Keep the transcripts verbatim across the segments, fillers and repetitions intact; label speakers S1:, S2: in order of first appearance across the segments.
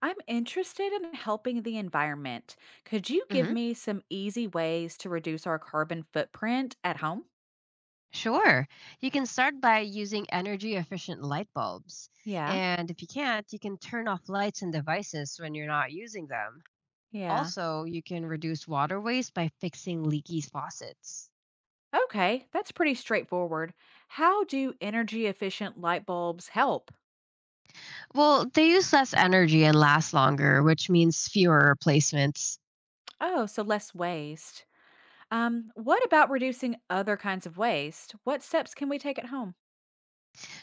S1: I'm interested in helping the environment. Could you give
S2: hmm
S1: me some easy ways to reduce our carbon footprint at home?
S2: Sure. You can start by using energy efficient light bulbs.
S1: Yeah,
S2: And if you can't, you can turn off lights and devices when you're not using them.
S1: yeah.
S2: Also, you can reduce water waste by fixing leaky faucets.
S1: Okay, that's pretty straightforward. How do energy efficient light bulbs help?
S2: Well, they use less energy and last longer, which means fewer replacements.
S1: Oh, so less waste. Um, what about reducing other kinds of waste? What steps can we take at home?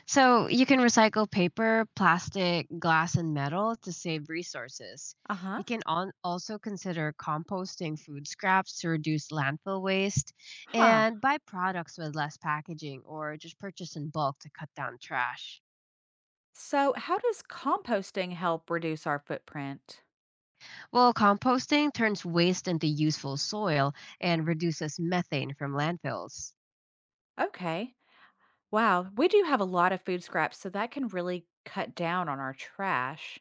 S2: So you can recycle paper, plastic, glass, and metal to save resources.
S1: Uh
S2: You
S1: huh.
S2: can on, also consider composting food scraps to reduce landfill waste
S1: Huh.
S2: and buy products with less packaging or just purchase in bulk to cut down trash.
S1: So, how does composting help reduce our footprint?
S2: Well, composting turns waste into useful soil and reduces methane from landfills.
S1: Okay. Wow, we do have a lot of food scraps, so that can really cut down on our trash.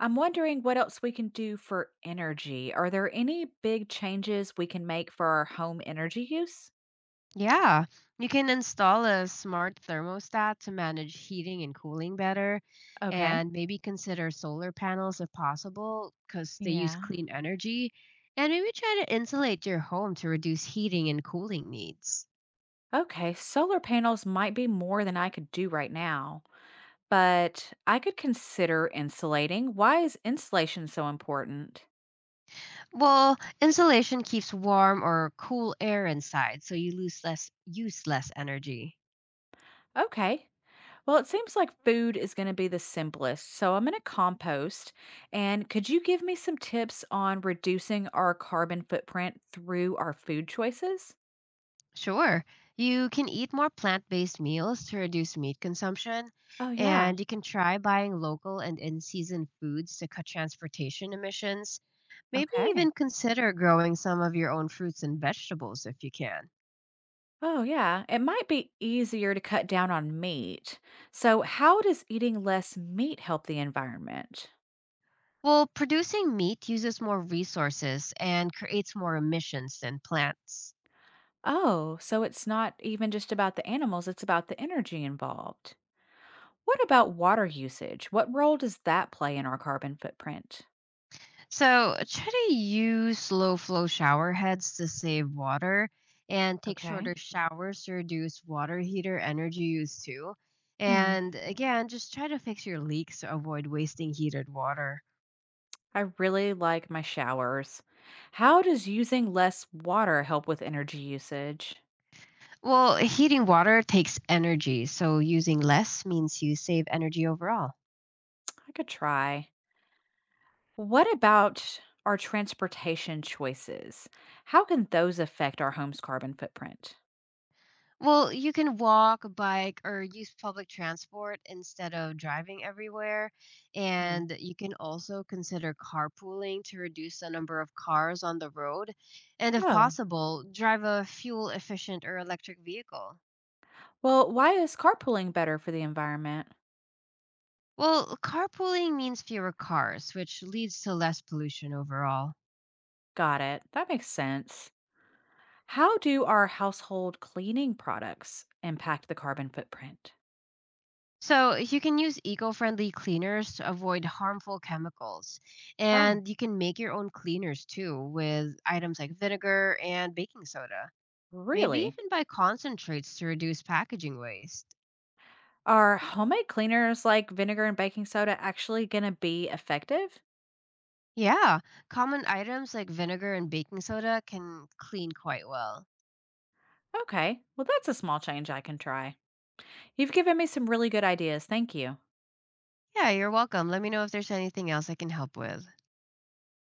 S1: I'm wondering what else we can do for energy. Are there any big changes we can make for our home energy use?
S2: Yeah, you can install a smart thermostat to manage heating and cooling better,
S1: Okay.
S2: and maybe consider solar panels if possible because they use
S1: Yeah.
S2: clean energy. And maybe try to insulate your home to reduce heating and cooling needs.
S1: Okay, solar panels might be more than I could do right now, but I could consider insulating. Why is insulation so important?
S2: Well, insulation keeps warm or cool air inside, so you lose less use less energy.
S1: Okay, well, it seems like food is going to be the simplest. So I'm going to compost. And could you give me some tips on reducing our carbon footprint through our food choices?
S2: Sure. You can eat more plant based meals to reduce meat consumption,
S1: Oh, yeah.
S2: and you can try buying local and in season foods to cut transportation emissions. Maybe even
S1: Okay.
S2: consider growing some of your own fruits and vegetables if you can.
S1: Oh, yeah. It might be easier to cut down on meat. So, how does eating less meat help the environment?
S2: Well, producing meat uses more resources and creates more emissions than plants.
S1: Oh, so it's not even just about the animals, it's about the energy involved. What about water usage? What role does that play in our carbon footprint?
S2: So try to use low flow shower heads to save water and take shorter
S1: Okay.
S2: showers to reduce water heater energy use too. And again, just try to fix your leaks to avoid wasting heated water.
S1: I really like my showers. How does using less water help with energy usage?
S2: Well, heating water takes energy, so using less means you save energy overall.
S1: I could try. What about our transportation choices? How can those affect our home's carbon footprint?
S2: Well, you can walk, bike, or use public transport instead of driving everywhere.
S1: Hmm.
S2: And you can also consider carpooling to reduce the number of cars on the road. And if
S1: Oh,
S2: possible, drive a fuel efficient or electric vehicle.
S1: well, why is carpooling better for the environment?
S2: Well, carpooling means fewer cars, which leads to less pollution overall.
S1: Got it. That makes sense. How do our household cleaning products impact the carbon footprint?
S2: So you can use eco-friendly cleaners to avoid harmful chemicals.
S1: Oh,
S2: And you can make your own cleaners too with items like vinegar and baking soda. Maybe
S1: really?
S2: even buy concentrates to reduce packaging waste.
S1: Are homemade cleaners like vinegar and baking soda actually going to be effective?
S2: Yeah, common items like vinegar and baking soda can clean quite well.
S1: Okay, well, that's a small change I can try. You've given me some really good ideas. Thank you.
S2: Yeah, you're welcome. Let me know if there's anything else I can help with.